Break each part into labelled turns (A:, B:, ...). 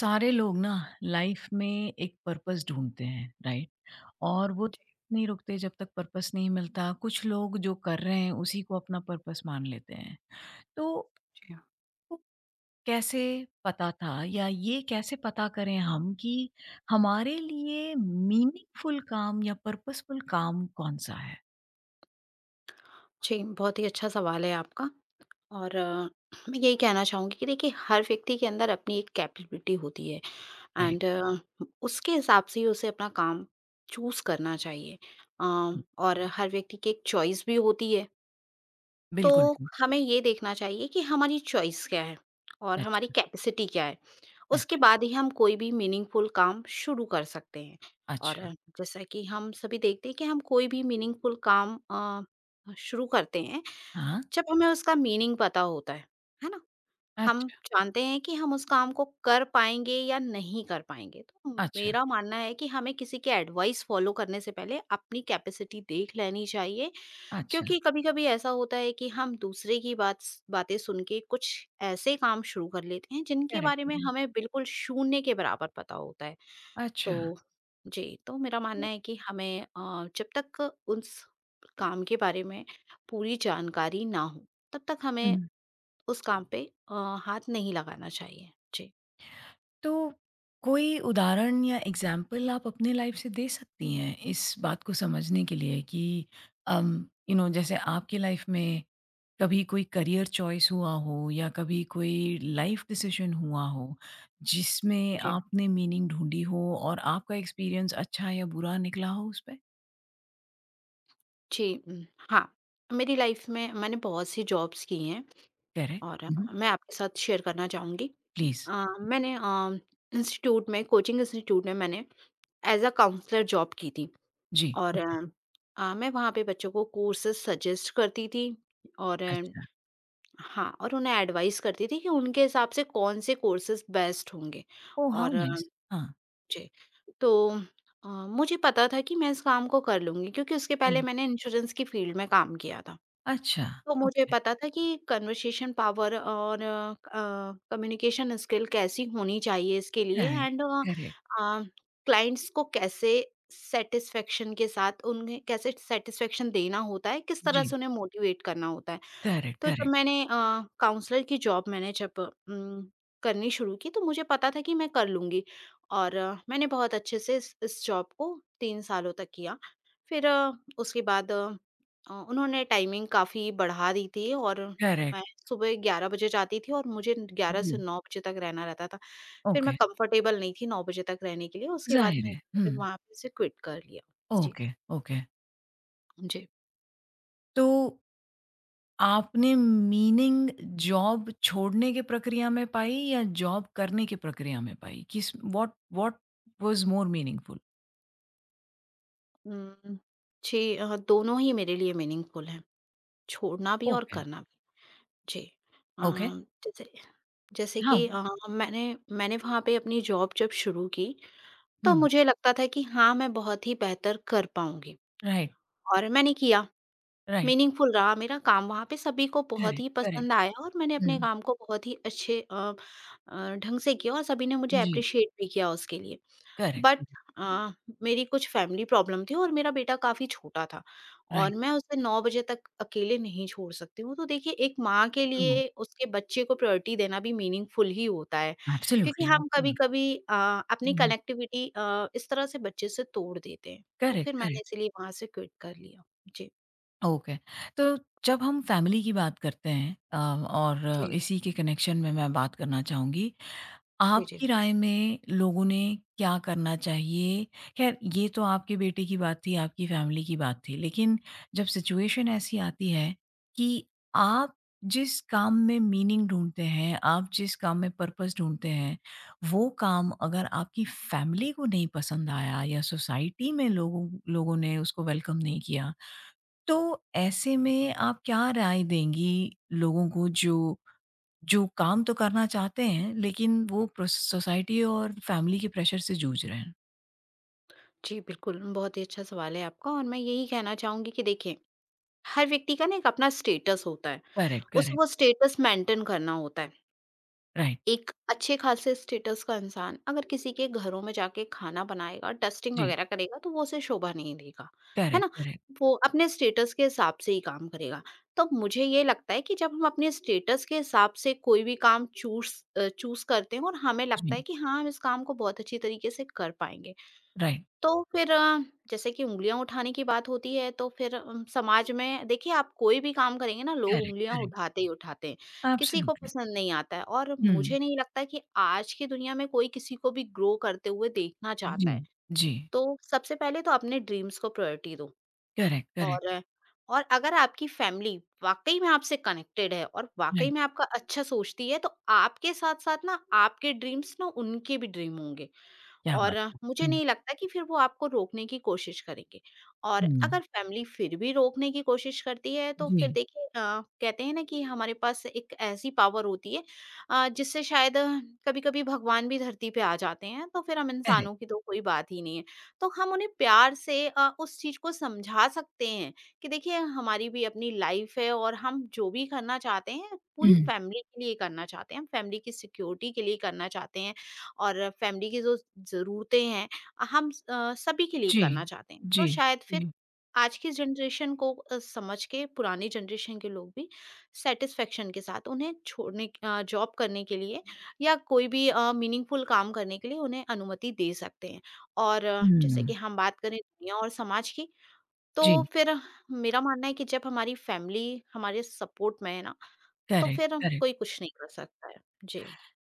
A: सारे लोग ना लाइफ में एक पर्पस ढूंढते हैं, राइट। और वो नहीं रुकते जब तक पर्पस नहीं मिलता। कुछ लोग जो कर रहे हैं उसी को अपना पर्पस मान लेते हैं। तो
B: जी।
A: वो कैसे पता था या ये कैसे पता करें हम कि हमारे लिए मीनिंगफुल काम या पर्पसफुल काम कौन सा है?
B: जी, बहुत ही अच्छा सवाल है आपका और मैं यही कहना चाहूँगी कि देखिए हर व्यक्ति के अंदर अपनी एक कैपेबिलिटी होती है
A: राइट।
B: एंड उसके हिसाब से ही उसे अपना काम चूज़ करना चाहिए अ, और हर व्यक्ति की एक चॉइस भी होती है।
A: बिल्कुल
B: तो
A: ठीक।
B: हमें ये देखना चाहिए कि हमारी चॉइस क्या है और हमारी
A: अच्छा।
B: कैपेसिटी क्या है। उसके
A: अच्छा।
B: बाद ही हम कोई भी मीनिंगफुल काम शुरू कर सकते हैं और
A: अच्छा।
B: जैसा कि हम सभी देखते हैं कि हम कोई भी मीनिंगफुल काम शुरू करते हैं
A: हाँ।
B: जब हमें उसका मीनिंग पता होता है ना? हम
A: अच्छा।
B: जानते हैं कि हम उस काम को कर पाएँगे या नहीं कर पाएँगे। तो
A: अच्छा।
B: मेरा मानना है कि हमें किसी के एडवाइस फ़ॉलो करने से पहले अपनी कैपेसिटी देख लेनी चाहिए,
A: अच्छा।
B: क्योंकि कभी-कभी ऐसा होता है कि हम दूसरे की बातें सुन के कुछ ऐसे काम शुरू कर लेते हैं जिनके बारे में
A: करेक्ट।
B: हमें बिल्कुल शून्य के बराबर पता होता है।
A: अच्छा।
B: तो जी, तो मेरा मानना है कि हमें जब तक उस काम के बारे में पूरी जानकारी ना हो, तब तक हमें
A: हम्म।
B: उस काम पे अ, हाथ नहीं लगाना चाहिए। जी।
A: तो कोई उदाहरण या एग्जाम्पल आप अपने लाइफ से दे सकती हैं इस बात को समझने के लिए कि जैसे आपकी लाइफ में कभी कोई करियर चॉइस हुआ हो या कभी कोई लाइफ डिसीजन हुआ हो जिसमें
B: जी।
A: आपने मीनिंग ढूंढी हो और आपका एक्सपीरियंस अच्छा या बुरा निकला हो उस पर।
B: जी, हाँ, मेरी लाइफ में मैंने बहुत सी जॉब्स की हैं
A: करेक्ट।
B: और मैं आपके साथ शेयर करना चाहूँगी।
A: प्लीज।
B: अ, मैंने अ, इंस्टीट्यूट में कोचिंग इंस्टीट्यूट में मैंने एज़ अ काउंसलर जॉब की थी
A: जी।
B: और
A: okay.
B: मैं वहाँ पे बच्चों को कोर्सेज़ सजेस्ट करती थी और
A: अच्छा।
B: हाँ, और उन्हें एडवाइस करती थी कि उनके हिसाब से कौन-से कोर्सेज़ बेस्ट होंगे
A: ओ हाउ
B: और
A: नाइस। हाँ।
B: जी, तो अ, मुझे पता था कि मैं इस काम को कर लूँगी क्योंकि उसके पहले
A: राइट।
B: मैंने इंश्योरेंस की फ़ील्ड में काम किया था।
A: अच्छा।
B: तो मुझे
A: ओके।
B: पता था कि कन्वर्सेशन पावर और कम्युनिकेशन स्किल कैसी होनी चाहिए इसके लिए
A: करेक्ट।
B: And
A: correct.
B: अ, क्लाइंट्स को कैसे सैटिस्फैक्शन के साथ उन्हें कैसे सैटिस्फैक्शन देना होता है, किस तरह
A: जी।
B: से उन्हें मोटिवेट करना होता है।
A: करेक्ट।
B: तो जब
A: करेक्ट।
B: मैंने काउंसलर की जॉब मैंने जब करनी शुरू की तो मुझे पता था कि मैं कर लूँगी और मैंने बहुत अच्छे से इस जॉब को 3 सालों तक किया। फिर उसके बाद उन्होंने टाइमिंग काफ़ी बढ़ा दी थी और
A: करेक्ट।
B: मैं सुबह 11 बजे जाती थी और मुझे 11 से
A: जी,
B: 9 बजे तक रहना रहता था। फिर
A: ओके,
B: मैं कंफर्टेबल नहीं थी 9 बजे तक रहने के लिए, उसके बाद
A: ज़ाहिर है।
B: मैंने फिर
A: हुँ।
B: वहाँ पे से क्विट कर लिया। जी,
A: ओके। ओके।
B: जी।
A: तो आपने मीनिंग जॉब छोड़ने की प्रक्रिया में पाई या जॉब करने की प्रक्रिया में पाई? किस what what was more meaningful?
B: Um, जी दोनों ही मेरे लिए मीनिंगफुल हैं। छोड़ना भी और
A: ओके।
B: करना भी। जी। अ,
A: ओके।
B: जैसे जैसे
A: हाँ।
B: कि अ, मैंने मैंने वहाँ पे अपनी जॉब जब शुरू की, तो
A: हुँ।
B: मुझे लगता था कि हाँ, मैं बहुत ही बेहतर कर पाऊँगी
A: राइट।
B: और मैंने किया।
A: राइट।
B: मीनिंगफुल रहा मेरा काम वहाँ पे सभी को बहुत
A: करेक्ट,
B: ही
A: करेक्ट।
B: पसंद आया और मैंने
A: हुँ।
B: अपने काम को बहुत ही अच्छे ढंग से किया और सभी ने मुझे
A: जी।
B: एप्रिशिएट भी किया उसके लिए। But
A: correct.
B: अ, मेरी कुछ फैमिली प्रॉब्लम थी और मेरा बेटा काफ़ी छोटा था
A: राइट।
B: और मैं उसे 9 बजे तक अकेले नहीं छोड़ सकती हूँ। तो देखिए एक माँ के
A: ट्रू।
B: लिए उसके बच्चे को प्रायोरिटी देना भी मीनिंगफुल ही होता है। क्योंकि
A: एब्सोल्युटली,
B: हम
A: एब्सोल्युटली।
B: कभी-कभी अ, अपनी
A: हुँ।
B: कनेक्टिविटी इस तरह से बच्चे से तोड़ देते हैं। तो
A: करेक्ट,
B: फिर मैंने
A: करेक्ट।
B: इसीलिए वहाँ से क्विट कर लिया। जी,
A: ओके। तो जब हम फैमिली की बात करते हैं और
B: जी,
A: इसी के कनेक्शन में मैं बात करना चाहूँगी,
B: जी, जी।
A: आपकी राय में लोगों ने क्या करना चाहिए? ख़ैर ये तो आपके बेटे की बात थी, आपकी फ़ैमिली की बात थी। लेकिन जब सिचुएशन ऐसी आती है कि आप जिस काम में मीनिंग ढूँढते हैं, आप जिस काम में पर्पस ढूँढते हैं, वो काम अगर आपकी फ़ैमिली को नहीं पसंद आया या सोसाइटी में लोगों लोगों ने उसको वेलकम नहीं किया, तो ऐसे में आप क्या राय देंगी लोगों को जो जो काम तो करना चाहते हैं, लेकिन वो प्रोस सोसाइटी और फैमिली के प्रेशर से जूझ रहे हैं।
B: जी, बिल्कुल, बहुत ही अच्छा सवाल है आपका और मैं यही कहना चाहूँगी कि देखिए, हर व्यक्ति का ना एक अपना स्टेटस होता है।
A: करेक्ट,
B: उसे
A: करेक्ट।
B: वो स्टेटस मेंटेन करना होता है।
A: राइट।
B: एक अच्छे खासे स्टेटस का इंसान अगर किसी के घरों में जाके खाना बनाएगा, डस्टिंग
A: जी।
B: वगैरह करेगा तो वो उसे शोभा नहीं देगा, है
A: करेक्ट,
B: ना?
A: करेक्ट।
B: वो अपने स्टेटस के हिसाब से ही काम करेगा। तो मुझे ये लगता है कि जब हम अपने स्टेटस के हिसाब से कोई भी काम चूज़ करते हैं और हमें लगता है
A: जी।
B: कि हाँ, हम इस काम को बहुत अच्छी तरीके से कर पाएँगे।
A: राइट।
B: तो फिर जैसे कि उँगलियाँ उठाने की बात होती है तो फिर समाज में देखिए आप कोई भी काम करेंगे ना लोग
A: करेक्ट,
B: उँगलियाँ
A: करेक्ट।
B: उठाते ही उठाते हैं। किसी को
A: एब्सोल्युटली।
B: पसंद नहीं आता है और
A: हुँ।
B: मुझे नहीं लगता कि आज की दुनिया में कोई किसी को भी ग्रो करते हुए देखना
A: जी।
B: चाहता है।
A: जी।
B: तो सबसे पहले तो अपने ड्रीम्स को प्रायोरिटी दो
A: करेक्ट, करेक्ट।
B: और और अगर आपकी फैमिली वाक़ई में आपसे कनेक्टेड है और वाक़ई
A: राइट।
B: में आपका अच्छा सोचती है तो आपके साथ-साथ ना आपके ड्रीम्स ना उनके भी ड्रीम होंगे।
A: क्या
B: और
A: बात है।
B: मुझे
A: हुँ।
B: नहीं लगता कि फिर वो आपको रोकने की कोशिश करेंगे। और
A: हुँ।
B: अगर फैमिली फिर भी रोकने की कोशिश करती है तो फिर
A: जी।
B: देखिए कहते हैं ना कि हमारे पास एक ऐसी पावर होती है जिससे शायद कभी-कभी भगवान भी धरती पे आ जाते हैं, तो फिर हम
A: करेक्ट।
B: इंसानों की तो कोई बात ही नहीं है। तो हम उन्हें प्यार से उस चीज़ को समझा सकते हैं कि देखिए हमारी भी अपनी लाइफ़ है और हम जो भी करना चाहते हैं पूरी
A: हुँ।
B: फैमिली के लिए करना चाहते हैं, हम फैमिली की सिक्योरिटी के लिए करना चाहते हैं। और फैमिली की जो ज़रूरतें हैं हम सभी के लिए
A: जी।
B: करना चाहते हैं।
A: जी।
B: तो शायद फिर
A: जी।
B: आज की जनरेशन को समझ के पुरानी जनरेशन के लोग भी सैटिस्फैक्शन के साथ जॉब करने के लिए या कोई भी मीनिंगफुल काम करने के लिए उन्हें अनुमति दे सकते हैं। और जैसे कि
A: हुँ।
B: हम बात करें दुनिया और समाज की तो
A: जी।
B: फिर मेरा मानना है कि जब हमारी फैमिली हमारे सपोर्ट में है ना, तो
A: करेक्ट,
B: फिर
A: करेक्ट।
B: कोई कुछ नहीं कर सकता है। जी।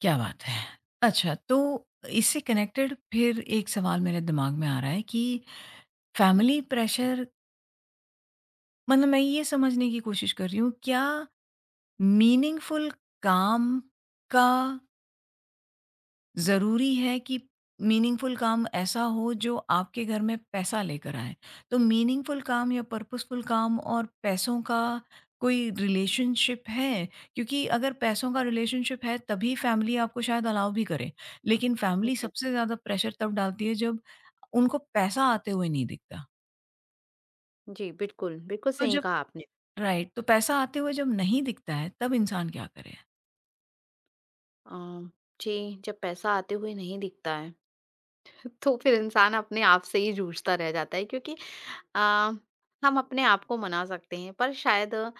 A: क्या बात है। अच्छा, तो इससे कनेक्टेड फिर एक सवाल मेरे दिमाग में आ रहा है कि फैमिली प्रेशर, मतलब मैं ये समझने की कोशिश कर रही हूँ, क्या मीनिंगफुल काम का ज़रूरी है कि मीनिंगफुल काम ऐसा हो जो आपके घर में पैसा लेकर आए? तो मीनिंगफुल काम या पर्पसफुल काम और पैसों का कोई रिलेशनशिप है? क्योंकि अगर पैसों का रिलेशनशिप है तभी फैमिली आपको शायद अलाउ भी करे। लेकिन फैमिली
B: जी।
A: सबसे ज़्यादा प्रेशर तब डालती है जब उनको पैसा आते हुए नहीं दिखता।
B: जी, बिल्कुल, बिल्कुल
A: तो
B: सही
A: जब
B: कहा आपने।
A: राइट, तो पैसा आते हुए जब नहीं दिखता है तब इंसान क्या करे?
B: अ, जी, जब पैसा आते हुए नहीं दिखता है, तो फिर इंसान अपने आप से ही जूझता रह जाता है क्योंकि अ, हम अपने आप को मना सकते हैं पर शायद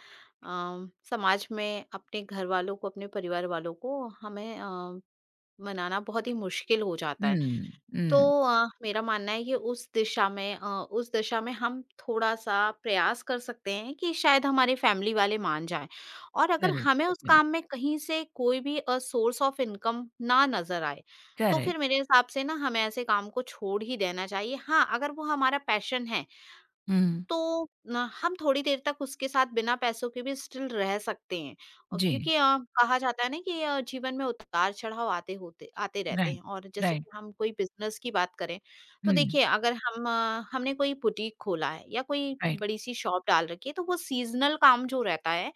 B: समाज में अपने घर वालों को, अपने परिवार वालों को हमें मनाना बहुत ही मुश्किल हो जाता है।
A: हुँ,
B: तो
A: हुँ।
B: अ, मेरा मानना है कि उस दिशा में अ, उस दिशा में हम थोड़ा-सा प्रयास कर सकते हैं कि शायद हमारे फैमिली वाले मान जाएँ। और अगर
A: करेक्ट,
B: हमें उस
A: ओके।
B: काम में कहीं से कोई भी सोर्स ऑफ इनकम ना नज़र आए, तो
A: करेक्ट।
B: फिर मेरे हिसाब से ना हमें ऐसे काम को छोड़ ही देना चाहिए। हाँ, अगर वो हमारा पैशन है
A: हुँ।
B: तो न हम थोड़ी देर तक उसके साथ बिना पैसों के भी स्टिल रह सकते हैं और
A: जी।
B: क्योंकि कहा जाता है ना कि जीवन में उतार-चढ़ाव आते रहते
A: राइट।
B: हैं और जैसे
A: राइट।
B: कि हम कोई बिज़नेस की बात करें, तो
A: हुँ।
B: देखिए अगर हमने कोई बुटीक खोला है या कोई
A: राइट।
B: बड़ी-सी शॉप डाल रखी है, तो वो सीज़नल काम जो रहता है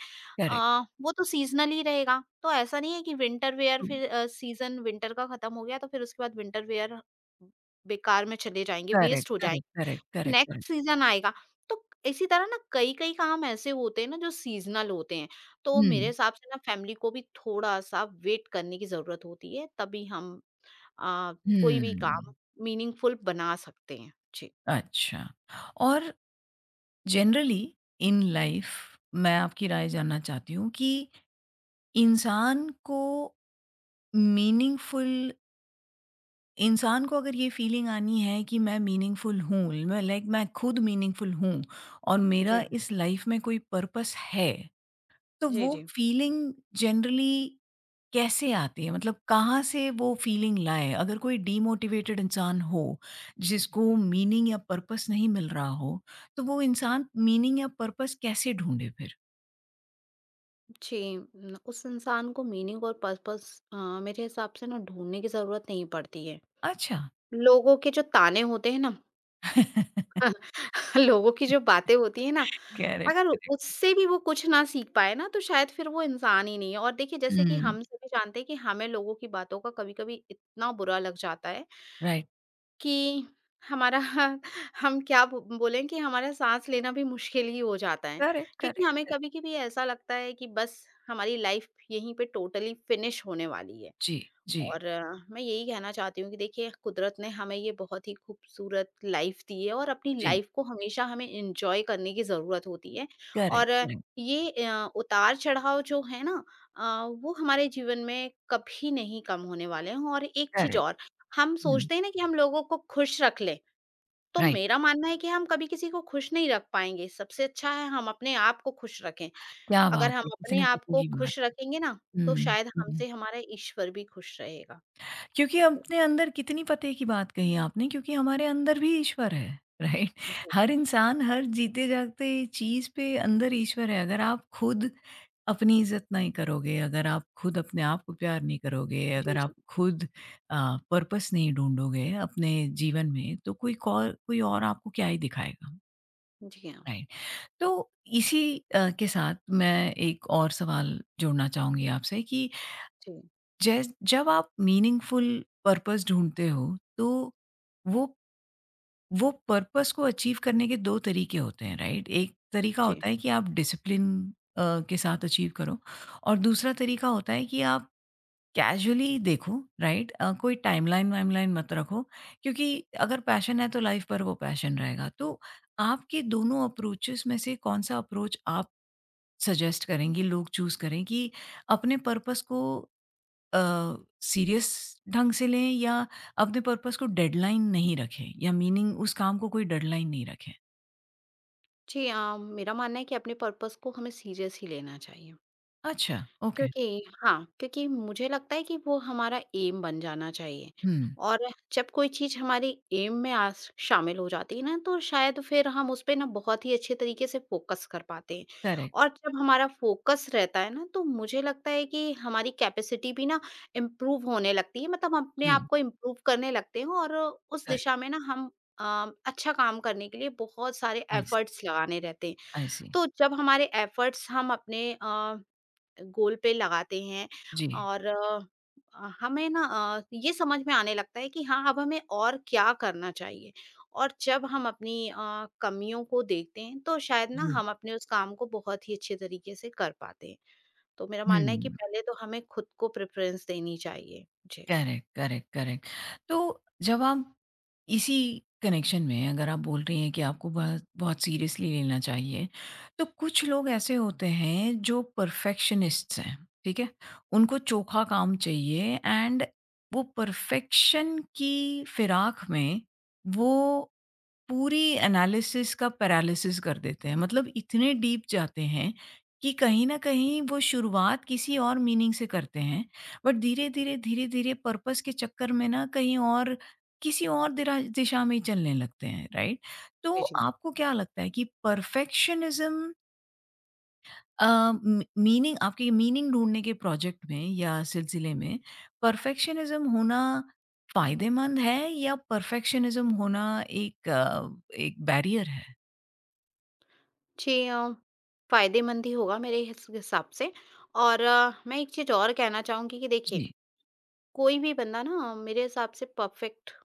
B: अ,
A: करेक्ट।
B: वो तो सीज़नल ही रहेगा। तो ऐसा नहीं है कि विंटर वेयर
A: ट्रू।
B: फिर सीज़न विंटर का खत्म हो गया, तो फिर उसके बाद विंटर वेयर बेकार में चले जाएँगे,
A: करेक्ट,
B: वेस्ट हो जाएँ
A: correct, correct, correct,
B: next
A: correct.
B: Season आएगा। तो इसी तरह ना कई-कई काम ऐसे होते हैं ना जो सीज़नल होते हैं। तो मेरे
A: हुँ।
B: हिसाब से ना फैमिली को भी थोड़ा-सा वेट करने की ज़रूरत होती है, तभी हम अ, कोई भी काम
A: हुँ।
B: मीनिंगफुल बना सकते हैं। जी।
A: अच्छा। और जनरली इन लाइफ मैं आपकी राय जानना चाहती हूँ कि इंसान को मीनिंगफुल इंसान को अगर ये फीलिंग आनी है कि मैं मीनिंगफुल हूँ, मैं लाइक मैं खुद मीनिंगफुल हूँ और मेरा
B: जी।
A: इस लाइफ में कोई पर्पस है, तो
B: जी,
A: वो
B: जी।
A: फीलिंग जनरली कैसे आती है? मतलब कहाँ से वो फीलिंग लाएँ? अगर कोई डीमोटिवेटेड इंसान हो, जिसको मीनिंग या पर्पस नहीं मिल रहा हो, तो वो इंसान मीनिंग या पर्पस कैसे ढूँढे फिर?
B: जी, न उस इंसान को मीनिंग और पर्पस मेरे हिसाब से ना ढूँढने की ज़रूरत नहीं पड़ती है।
A: अच्छा।
B: लोगों के जो ताने होते हैं ना
A: हुँ।
B: लोगों की जो बातें होती है ना,
A: करेक्ट,
B: अगर
A: करेक्ट।
B: उससे भी वो कुछ ना सीख पाए ना, तो शायद फिर वो इंसान ही नहीं है। और देखिए जैसे कि
A: हुँ।
B: हम सभी जानते हैं कि हमें लोगों की बातों का कभी-कभी इतना बुरा लग जाता है,
A: राइट।
B: कि हमारा हम क्या ब बोलें कि हमारा साँस लेना भी मुश्किल ही हो जाता है।
A: करेक्ट,
B: क्योंकि
A: करेक्ट,
B: हमें
A: करेक्ट।
B: कभी-कभी ऐसा लगता है कि बस हमारी लाइफ़ यहीं पे टोटली फिनिश होने वाली है।
A: जी। जी।
B: और मैं यही कहना चाहती हूँ कि देखिए कुदरत ने हमें ये बहुत ही खूबसूरत लाइफ दी है और अपनी
A: जी।
B: लाइफ को हमेशा हमें एंजॉय करने की ज़रूरत होती है
A: करेक्ट,
B: और अ,
A: करेक्ट,
B: ये अ, उतार चढ़ाव जो है ना वो हमारे जीवन में कभी नहीं कम होने वाले हैं और एक चीज़
A: करेक्ट।
B: और हम
A: हुँ।
B: सोचते हैं ना कि हम लोगों को खुश रख लें तो
A: राइट।
B: मेरा मानना है कि हम कभी किसी को खुश नहीं रख पाएंगे सबसे अच्छा है हम अपने आप को खुश रखें
A: क्या
B: अगर
A: बात
B: हम
A: है! किसी
B: अपने
A: ने
B: आप
A: पता
B: को
A: की बात
B: खुश
A: है।
B: रखेंगे ना तो
A: हुँ।
B: शायद
A: हुँ।
B: हमसे हमारा ईश्वर भी खुश रहेगा
A: क्योंकि अपने अंदर कितनी पते की बात कही आपने, क्योंकि हमारे अंदर भी ईश्वर है, राइट?
B: जी,
A: हर
B: जी।
A: इंसान, हर जीते-जागते चीज़ पे अंदर ईश्वर है। अगर आप खुद अपनी इज़्ज़त नहीं करोगे, अगर आप खुद अपने आप को प्यार नहीं करोगे,
B: जी,
A: अगर आप
B: जी।
A: खुद पर्पस नहीं ढूँढोगे अपने जीवन में, तो कोई कौर कोई और आपको क्या ही दिखाएगा,
B: जी हाँ।
A: राइट? तो इसी के साथ मैं एक और सवाल जोड़ना चाहूँगी आपसे कि
B: जी,
A: जैस जब आप मीनिंगफुल पर्पस ढूँढते हो, तो वो वो पर्पस को अचीव करने के 2 तरीके होते हैं, राइट? एक तरीका
B: जी।
A: होता है कि आप डिसिप्लिन के साथ अचीव करो और दूसरा तरीका होता है कि आप कैजुअली देखो, राइट? कोई टाइमलाइन वाइमलाइन मत रखो क्योंकि अगर पैशन है, तो लाइफ़ भर वो पैशन रहेगा। तो आपके दोनों अप्रोचेज़ में से कौन-सा अप्रोच आप सजेस्ट करेंगी, लोग चूज़ करें कि अपने पर्पस को अ, सीरियस ढंग से लें या अपने पर्पस को डेडलाइन नहीं रखें या मीनिंग उस काम को कोई डेडलाइन नहीं रखें?
B: जी, मेरा मानना है कि अपने पर्पस को हमें सीरियस ही लेना चाहिए।
A: अच्छा, ओके।
B: क्योंकि हाँ, क्योंकि मुझे लगता है कि वो हमारा एम बन जाना चाहिए
A: हुँ।
B: और जब कोई चीज़ हमारी एम में आ शामिल हो जाती है ना, तो शायद फिर हम उस पे ना बहुत ही अच्छे तरीके से फ़ोकस कर पाते हैं
A: करेक्ट।
B: और जब हमारा फ़ोकस रहता है ना, तो मुझे लगता है कि हमारी कैपेसिटी भी ना इम्प्रूव होने लगती है, मतलब हम अपने
A: जी।
B: आप को इम्प्रूव करने लगते हैं और उस
A: करेक्ट।
B: दिशा में ना हम अच्छा काम करने के लिए बहुत सारे
A: आई सी।
B: एफ़र्ट्स लगाने रहते हैं।
A: आई सी।
B: तो जब हमारे एफ़र्ट्स हम अपने गोल पे लगाते हैं
A: जी,
B: और हमें ना ये समझ में आने लगता है कि हाँ अब हमें और क्या करना चाहिए और जब हम अपनी कमियों को देखते हैं तो शायद ना
A: जी।
B: हम अपने उस काम को बहुत ही अच्छे तरीके से कर पाते हैं तो मेरा मानना है कि
A: हुँ।
B: पहले तो हमें खुद को प्रेफरेंस देनी चाहिए जी
A: करेक्ट, करेक्ट, करेक्ट। तो जब आप इसी कनेक्शन में अगर आप बोल रही हैं कि आपको बहुत बहुत सीरियसली लेना चाहिए, तो कुछ लोग ऐसे होते हैं जो परफेक्शनिस्ट्स हैं, ठीक है? उनको चोखा काम चाहिए एंड वो परफेक्शन की फिराक में वो पूरी एनालिसिस का पैरालिसिस कर देते हैं, मतलब इतने डीप जाते हैं कि कहीं ना कहीं वो शुरुआत किसी और मीनिंग से करते हैं, बट धीरे धीरे धीरे धीरे पर्पस के चक्कर में ना कहीं और किसी और दिशा में ही चलने लगते हैं, राइट। तो
B: जी जी
A: आपको क्या लगता है कि परफेक्शनिज्म अ, म मीनिंग, आपके मीनिंग ढूँढने के प्रोजेक्ट में या सिलसिले में परफेक्शनिज़्म होना फ़ायदेमंद है या परफेक्शनिज़्म होना एक एक बैरियर है?
B: जी फायदेमंद ही होगा मेरे हिसाब से और मैं एक चीज और कहना चाहूंगी कि देखिए
A: जी।
B: कोई भी बंदा ना मेरे हिसाब से परफेक्ट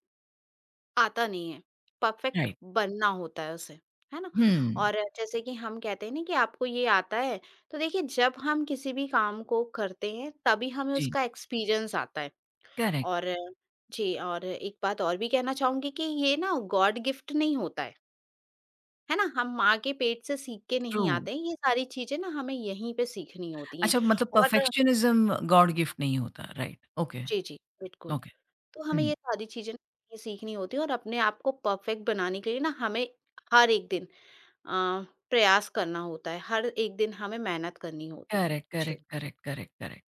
B: आता नहीं है, परफेक्ट
A: राइट।
B: बनना होता है उसे, है ना?
A: हुँ।
B: और जैसे कि हम कहते हैं ना कि आपको ये आता है, तो देखिए जब हम किसी भी काम को करते हैं तभी हमें
A: जी।
B: उसका एक्सपीरियंस आता है।
A: करेक्ट।
B: और जी और एक बात और भी कहना चाहूँगी कि ये ना गॉड गिफ्ट नहीं होता है ना? हम माँ के पेट से सीख के
A: ट्रू।
B: नहीं आते हैं, ये सारी चीज़ें ना हमें यहीं पे सीखनी होती हैं
A: अच्छा, मतलब
B: और
A: परफेक्शनिज़्म गॉड गिफ्ट नहीं होता, राइट। ओके।
B: जी, जी, बिल्कुल।
A: ओके।
B: तो हमें
A: हुँ।
B: ये सारी चीज़ें ना यहीं सीखनी होती हैं और अपने आप को परफेक्ट बनाने के लिए ना हमें हर एक दिन अ, प्रयास करना होता है, हर एक दिन हमें मेहनत करनी होती है।
A: करेक्ट,
B: जी।
A: Correct, correct, correct, correct.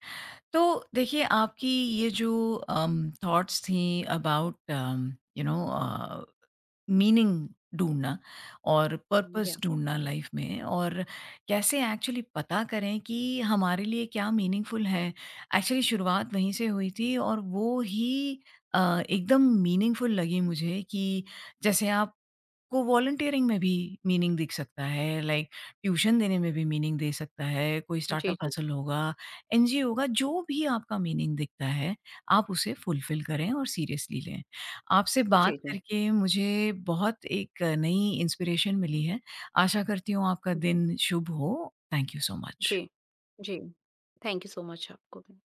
A: तो देखिए आपकी ये जो थॉट्स थी about you know uh meaning ढूँढना और पर्पस
B: या
A: ढूँढना लाइफ में और कैसे एक्चुअली पता करें कि हमारे लिए क्या मीनिंगफुल है। एक्चुअली शुरुआत वहीं से हुई थी और वो ही एकदम मीनिंगफुल लगी मुझे कि जैसे आप को वॉलंटियरिंग में भी मीनिंग दिख सकता है, लाइक ट्यूशन देने में भी मीनिंग दे सकता है, कोई
B: जी,
A: स्टार्टअप
B: जी।
A: हसल होगा, एनजीओ होगा, जो भी आपका मीनिंग दिखता है, आप उसे फुलफ़िल करें और सीरियसली लें। आपसे बात
B: जी, जी।
A: करके मुझे बहुत एक नई इंस्पिरेशन मिली है। आशा करती हूँ आपका
B: जी,
A: दिन शुभ हो। थैंक यू सो
B: जी।
A: मच।
B: जी। थैंक यू सो मच आपको भी।